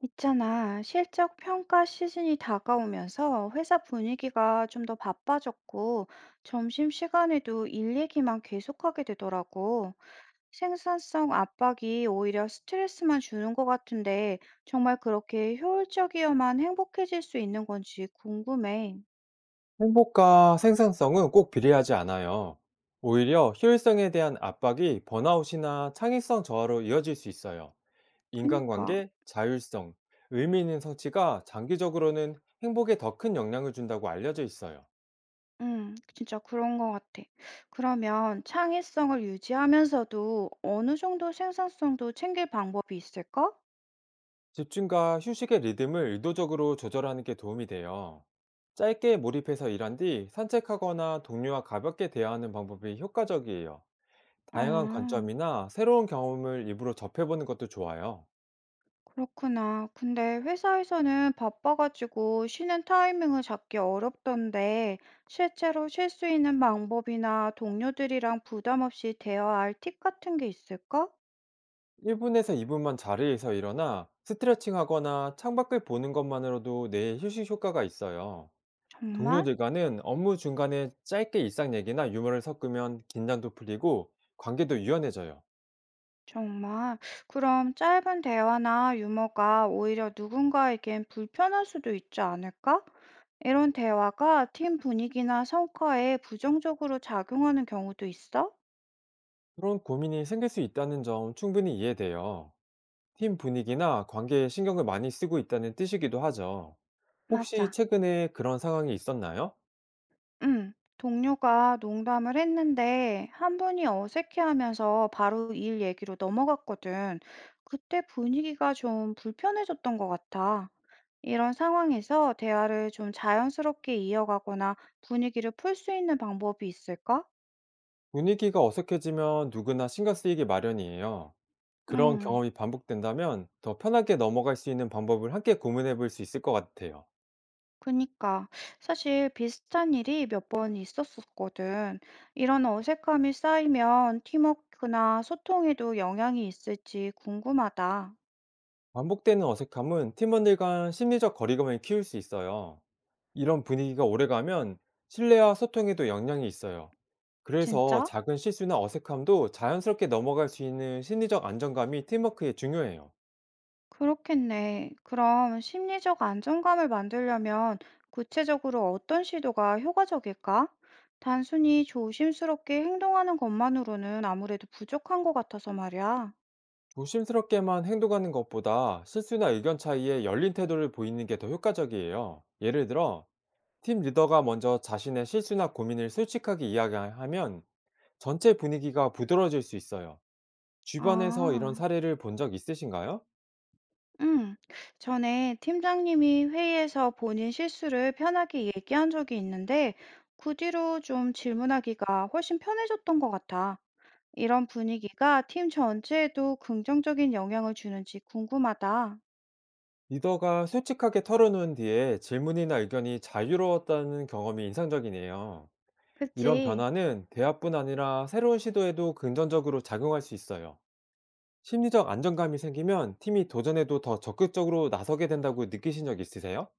있잖아, 실적 평가 시즌이 다가오면서 회사 분위기가 좀 더 바빠졌고, 점심시간에도 일 얘기만 계속하게 되더라고. 생산성 압박이 오히려 스트레스만 주는 것 같은데, 정말 그렇게 효율적이어만 행복해질 수 있는 건지 궁금해. 행복과 생산성은 꼭 비례하지 않아요. 오히려 효율성에 대한 압박이 번아웃이나 창의성 저하로 이어질 수 있어요. 그니까, 인간관계, 자율성, 의미 있는 성취가 장기적으로는 행복에 더 큰 영향을 준다고 알려져 있어요. 진짜 그런 것 같아. 그러면 창의성을 유지하면서도 어느 정도 생산성도 챙길 방법이 있을까? 집중과 휴식의 리듬을 의도적으로 조절하는 게 도움이 돼요. 짧게 몰입해서 일한 뒤 산책하거나 동료와 가볍게 대화하는 방법이 효과적이에요. 다양한 음. 관점이나 새로운 경험을 입으로 접해보는 것도 좋아요. 그렇구나. 근데 회사에서는 바빠가지고 쉬는 타이밍을 잡기 어렵던데, 실제로 쉴 수 있는 방법이나 동료들이랑 부담 없이 대화할 팁 같은 게 있을까? 1분에서 2분만 자리에서 일어나 스트레칭 하거나 창밖을 보는 것만으로도 뇌에 휴식 효과가 있어요. 정말? 동료들과는 업무 중간에 짧게 일상 얘기나 유머를 섞으면 긴장도 풀리고 관계도 유연해져요. 정말. 그럼 짧은 대화나 유머가 오히려 누군가에겐 불편할 수도 있지 않을까? 이런 대화가 팀 분위기나 성과에 부정적으로 작용하는 경우도 있어? 그런 고민이 생길 수 있다는 점 충분히 이해돼요. 팀 분위기나 관계에 신경을 많이 쓰고 있다는 뜻이기도 하죠. 혹시 맞아. 최근에 그런 상황이 있었나요? 응, 동료가 농담을 했는데 한 분이 어색해하면서 바로 일 얘기로 넘어갔거든. 그때 분위기가 좀 불편해졌던 것 같아. 이런 상황에서 대화를 좀 자연스럽게 이어가거나 분위기를 풀 수 있는 방법이 있을까? 분위기가 어색해지면 누구나 신경 쓰이기 마련이에요. 그런 음, 경험이 반복된다면 더 편하게 넘어갈 수 있는 방법을 함께 고민해 볼 수 있을 것 같아요. 그니까. 사실 비슷한 일이 몇 번 있었었거든. 이런 어색함이 쌓이면 팀워크나 소통에도 영향이 있을지 궁금하다. 반복되는 어색함은 팀원들 간 심리적 거리감을 키울 수 있어요. 이런 분위기가 오래가면 신뢰와 소통에도 영향이 있어요. 그래서 진짜? 작은 실수나 어색함도 자연스럽게 넘어갈 수 있는 심리적 안정감이 팀워크에 중요해요. 그렇겠네. 그럼 심리적 안정감을 만들려면 구체적으로 어떤 시도가 효과적일까? 단순히 조심스럽게 행동하는 것만으로는 아무래도 부족한 것 같아서 말이야. 조심스럽게만 행동하는 것보다 실수나 의견 차이에 열린 태도를 보이는 게 더 효과적이에요. 예를 들어, 팀 리더가 먼저 자신의 실수나 고민을 솔직하게 이야기하면 전체 분위기가 부드러워질 수 있어요. 주변에서 이런 아, 사례를 본 적 있으신가요? 음. 전에 팀장님이 회의에서 본인 실수를 편하게 얘기한 적이 있는데, 그 뒤로 좀 질문하기가 훨씬 편해졌던 것 같아. 이런 분위기가 팀 전체에도 긍정적인 영향을 주는지 궁금하다. 리더가 솔직하게 털어놓은 뒤에 질문이나 의견이 자유로웠다는 경험이 인상적이네요. 이런 그치? 변화는 대화뿐 아니라 새로운 시도에도 긍정적으로 작용할 수 있어요. 심리적 안정감이 생기면 팀이 도전에도 더 적극적으로 나서게 된다고 느끼신 적 있으세요?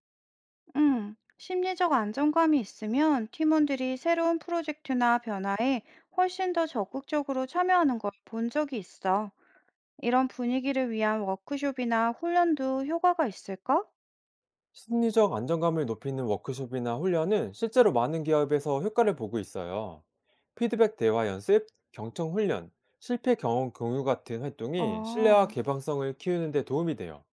심리적 안정감이 있으면 팀원들이 새로운 프로젝트나 변화에 훨씬 더 적극적으로 참여하는 걸 본 적이 있어. 이런 분위기를 위한 워크숍이나 훈련도 효과가 있을까? 심리적 안정감을 높이는 워크숍이나 훈련은 실제로 많은 기업에서 효과를 보고 있어요. 피드백 대화 연습, 경청 훈련, 실패 경험 공유 같은 활동이 신뢰와 아, 개방성을 키우는 데 도움이 돼요.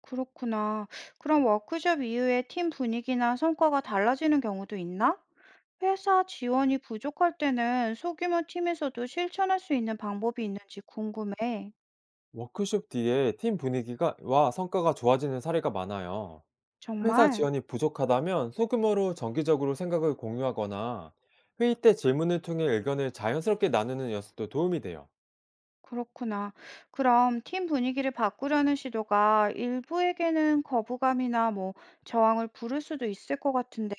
그렇구나. 그럼 워크숍 이후에 팀 분위기나 성과가 달라지는 경우도 있나? 회사 지원이 부족할 때는 소규모 팀에서도 실천할 수 있는 방법이 있는지 궁금해. 워크숍 뒤에 팀 분위기가 와 성과가 좋아지는 사례가 많아요. 회사 정말? 지원이 부족하다면 소규모로 정기적으로 생각을 공유하거나 회의 때 질문을 통해 의견을 자연스럽게 나누는 연습도 도움이 돼요. 그렇구나. 그럼 팀 분위기를 바꾸려는 시도가 일부에게는 거부감이나 뭐 저항을 부를 수도 있을 것 같은데,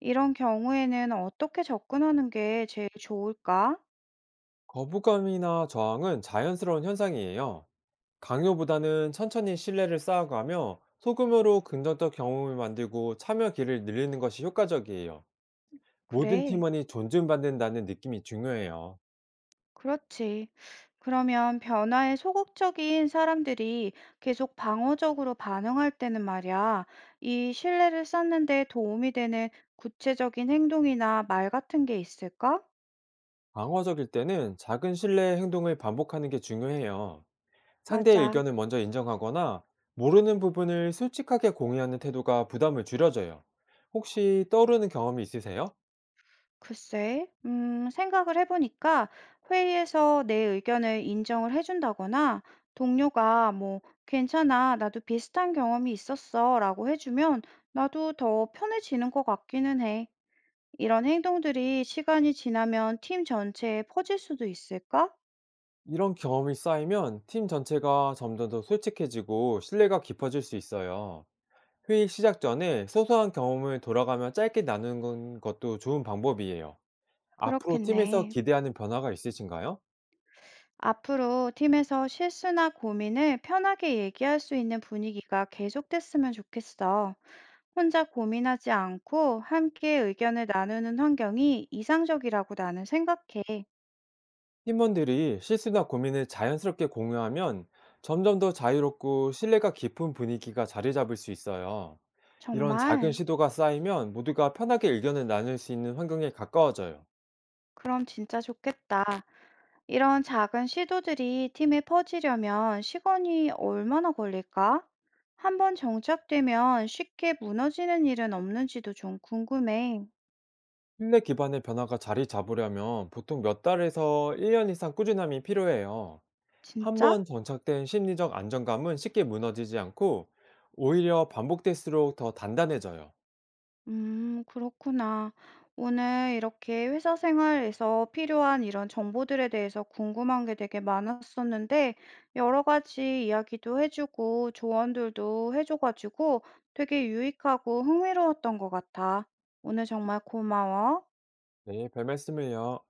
이런 경우에는 어떻게 접근하는 게 제일 좋을까? 거부감이나 저항은 자연스러운 현상이에요. 강요보다는 천천히 신뢰를 쌓아가며 소규모로 긍정적 경험을 만들고 참여기를 늘리는 것이 효과적이에요. 모든 그래, 팀원이 존중받는다는 느낌이 중요해요. 그렇지. 그러면 변화에 소극적인 사람들이 계속 방어적으로 반응할 때는 말이야, 이 신뢰를 쌓는 데 도움이 되는 구체적인 행동이나 말 같은 게 있을까? 방어적일 때는 작은 신뢰 행동을 반복하는 게 중요해요. 상대의 맞아. 의견을 먼저 인정하거나 모르는 부분을 솔직하게 공유하는 태도가 부담을 줄여줘요. 혹시 떠오르는 경험이 있으세요? 글쎄, 생각을 해보니까 회의에서 내 의견을 인정을 해준다거나 동료가 뭐, 괜찮아, 나도 비슷한 경험이 있었어 라고 해주면 나도 더 편해지는 것 같기는 해. 이런 행동들이 시간이 지나면 팀 전체에 퍼질 수도 있을까? 이런 경험이 쌓이면 팀 전체가 점점 더 솔직해지고 신뢰가 깊어질 수 있어요. 회의 시작 전에 소소한 경험을 돌아가며 짧게 나누는 것도 좋은 방법이에요. 앞으로 팀에서 그렇겠네. 기대하는 변화가 있으신가요? 앞으로 팀에서 실수나 고민을 편하게 얘기할 수 있는 분위기가 계속됐으면 좋겠어. 혼자 고민하지 않고 함께 의견을 나누는 환경이 이상적이라고 나는 생각해. 팀원들이 실수나 고민을 자연스럽게 공유하면 점점 더 자유롭고 신뢰가 깊은 분위기가 자리 잡을 수 있어요. 이런 작은 정말? 시도가 쌓이면 모두가 편하게 의견을 나눌 수 있는 환경에 가까워져요. 그럼 진짜 좋겠다. 이런 작은 시도들이 팀에 퍼지려면 시간이 얼마나 걸릴까? 한번 정착되면 쉽게 무너지는 일은 없는지도 좀 궁금해. 신뢰 기반의 변화가 자리 잡으려면 보통 몇 달에서 1년 이상 꾸준함이 필요해요. 진짜? 한번 정착된 심리적 안정감은 쉽게 무너지지 않고 오히려 반복될수록 더 단단해져요. 그렇구나. 오늘 이렇게 회사 생활에서 필요한 이런 정보들에 대해서 궁금한 게 되게 많았었는데, 여러 가지 이야기도 해주고, 조언들도 해줘가지고, 되게 유익하고 흥미로웠던 것 같아. 오늘 정말 고마워. 네, 별 말씀을요.